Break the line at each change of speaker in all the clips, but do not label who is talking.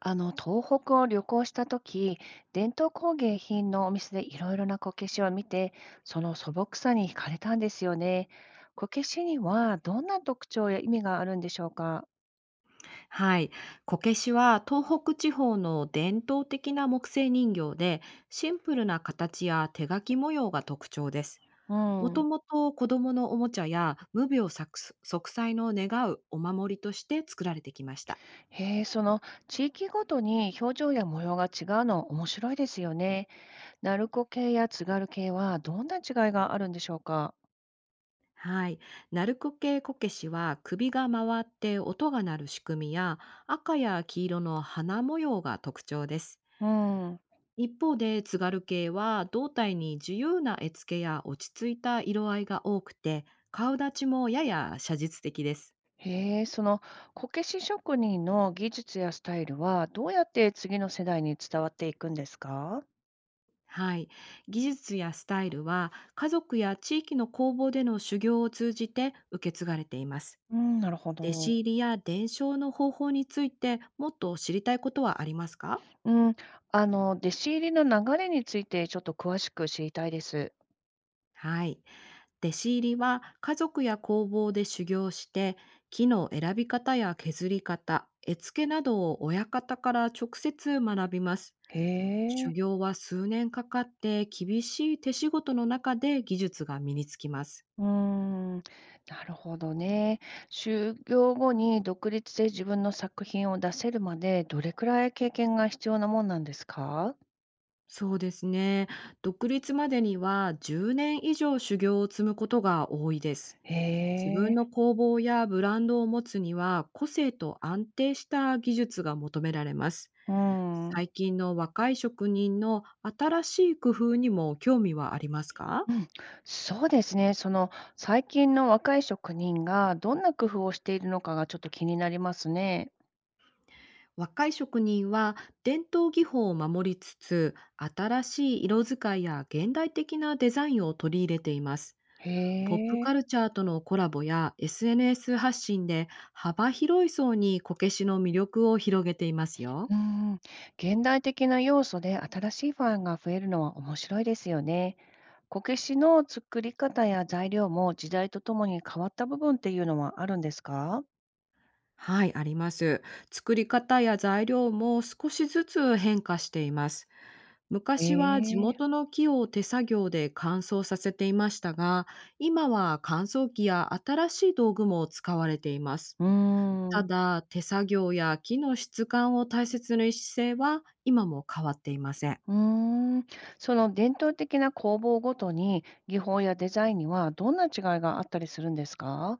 東北を旅行した時、伝統工芸品のお店でいろいろなこけしを見て、その素朴さに惹かれたんですよね。こけしにはどんな特徴や意味があるんでしょうか？
はい。こけしは東北地方の伝統的な木製人形で、シンプルな形や手書き模様が特徴です。
う
もと
ん。
もと子供のおもちゃや無病息災の願うお守りとして作られてきました。
へえ。その地域ごとに表情や模様が違うの面白いですよね。鳴子系や津軽系はどんな違いがあるんでしょうか？
はい。鳴子系こけしは首が回って音が鳴る仕組みや赤や黄色の花模様が特徴です。
うん。
一方で津軽系は胴体に自由な絵付けや落ち着いた色合いが多くて、顔立ちもやや写実的です。
へえ。そのこけし職人の技術やスタイルはどうやって次の世代に伝わっていくんですか？
はい、技術やスタイルは家族や地域の工房での修行を通じて受け継がれています。
うん、なるほ
弟子
ど。
入りや伝承の方法についてもっと知りたいことはありますか？
うん、弟子入りの流れについてちょっと詳しく知りたいです。
はい。弟子入りは家族や工房で修行して、木の選び方や削り方、絵付けなどを親方から直接学びます。
へ
修
え。
行は数年かかって、厳しい手仕事の中で技術が身につきます。
うーん、なるほどね。就業後に独立で自分の作品を出せるまで、どれくらい経験が必要なもんなんですか？
そうですね。独立までには10年以上修行を積むことが多いです。
へ
自分の
え。
工房やブランドを持つには、個性と安定した技術が求められます。
うん、う
最近の若い職人の新しい工夫にも興味はありますか？
ん、そうですね。最近の若い職人がどんな工夫をしているのかがちょっと気になりますね。
若い職人は伝統技法を守りつつ、新しい色使いや現代的なデザインを取り入れています。
へ
ポップカ
え。
ルチャーとのコラボや SNS 発信で、幅広い層にこけしの魅力を広げていますよ。
うーん、現代的な要素で新しいファンが増えるのは面白いですよね。こけしの作り方や材料も時代とともに変わった部分っていうのはあるんですか？
はい、あります。作り方や材料も少しずつ変化しています。
え
昔は地元
え。
の木を手作業で乾燥させていましたが、今は乾燥機や新しい道具も使われています。
うーん、
た
う
だ、手作業や木の質感を大切にする姿勢は今も変わっていません。
ーん、その伝統的な工房ごとに技法やデザインにはどんな違いがあったりするんですか？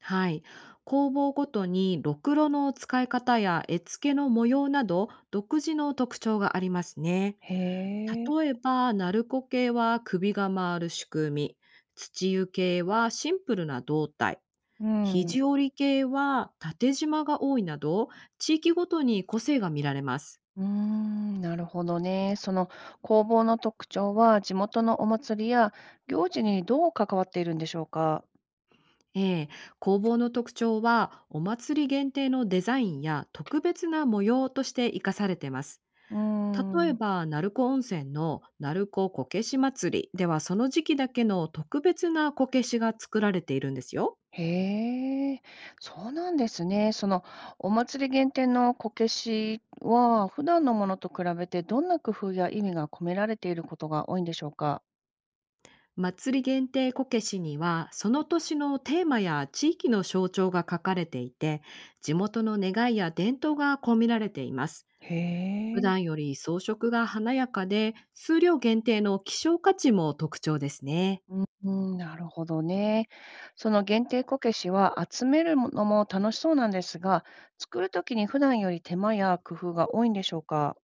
はい。工房ごとにろくろの使い方や絵付けの模様など、独自の特徴がありますね。
へえ。
例えば、ナルコ系は首が回る仕組み、土湯系はシンプルな胴体、
うん。
肘折系は縦縞が多いなど、地域ごとに個性が見られます。
うーん、なるほどね。その工房の特徴は、地元のお祭りや行事にどう関わっているんでしょうか？
ええ、工房の特徴は、お祭り限定のデザインや特別な模様として生かされています。
うー
例え
ん。
ば、鳴子温泉の鳴子こけし祭りでは、その時期だけの特別なこけしが作られているんですよ。
へえ、そうなんですね。そのお祭り限定のこけしは、普段のものと比べてどんな工夫や意味が込められていることが多いんでしょうか？
祭り限定こけしには、その年のテーマや地域の象徴が書かれていて、地元の願いや伝統が込められています。
へ
普
え。
段より装飾が華やかで、数量限定の希少価値も特徴ですね。
うん、うん、なるほどね。その限定こけしは集めるのも楽しそうなんですが、作るときに普段より手間や工夫が多いんでしょうか？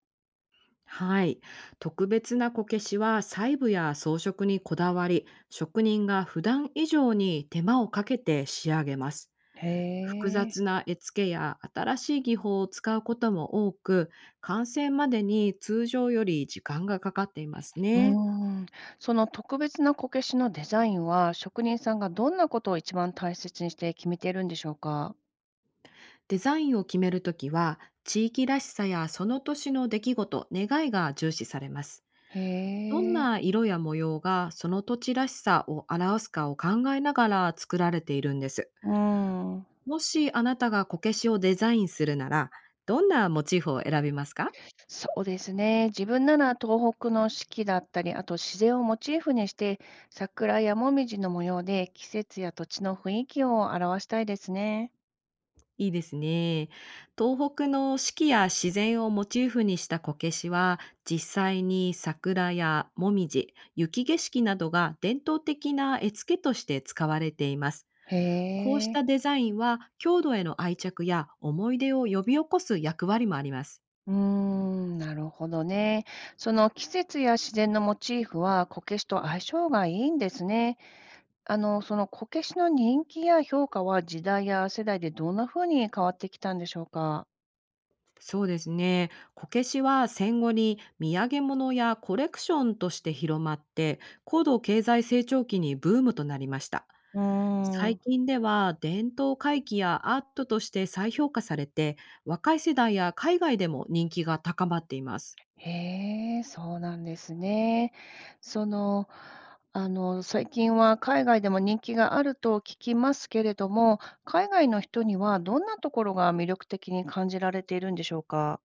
はい。特別なこけしは細部や装飾にこだわり、職人が普段以上に手間をかけて仕上げます。
へ
複
え。
雑な絵付けや新しい技法を使うことも多く、完成までに通常より時間がかかっています
う
ね。
ーん。その特別なこけしのデザインは、職人さんがどんなことを一番大切にして決めているんでしょうか？
デザインを決めるときは、地域らしさやその年の出来事、願いが重視されます。
へ
どん
え。
な色や模様がその土地らしさを表すかを考えながら作られているんです。
うーん。
もしあなたがこけしをデザインするなら、どんなモチーフを選びますか？
そうですね。自分なら東北の四季だったり、あと自然をモチーフにして、桜やもみじの模様で季節や土地の雰囲気を表したいですね。
いいですね。東北の四季や自然をモチーフにしたこけしは、実際に桜やもみじ、雪景色などが伝統的な絵付けとして使われています。
へ
こうし
え。
たデザインは、郷土への愛着や思い出を呼び起こす役割もあります。
うーん、なるほどね。その季節や自然のモチーフはこけしと相性がいいんですね。あの。そのこけしの人気や評価は時代や世代でどんな風に変わってきたんでしょうか？
そうですね。こけしは戦後に土産物やコレクションとして広まって、高度経済成長期にブームとなりました。
うー
最
ん。
近では伝統回帰やアートとして再評価されて、若い世代や海外でも人気が高まっています。
へえ、そうなんですね。その、最近は海外でも人気があると聞きますけれども、海外の人にはどんなところが魅力的に感じられているんでしょうか？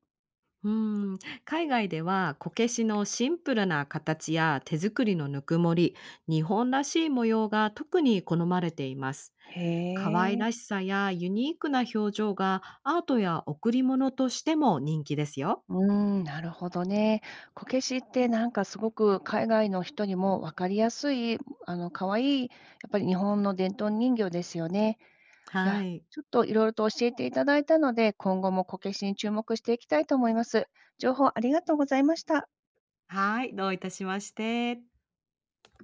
うーん、海外ではこけしのシンプルな形や手作りのぬくもり、日本らしい模様が特に好まれています。
へ
可愛
え。
らしさやユニークな表情が、アートや贈り物としても人気ですよ。
うん、なるほどね。こけしってなんかすごく海外の人にも分かりやすい、可愛い、やっぱり日本の伝統人形ですよね。い
は
や、
い。
ちょっといろいろと教えていただいたので、今後もこけしに注目していきたいと思います。情報ありがとうございました。
はい、どういたしまして。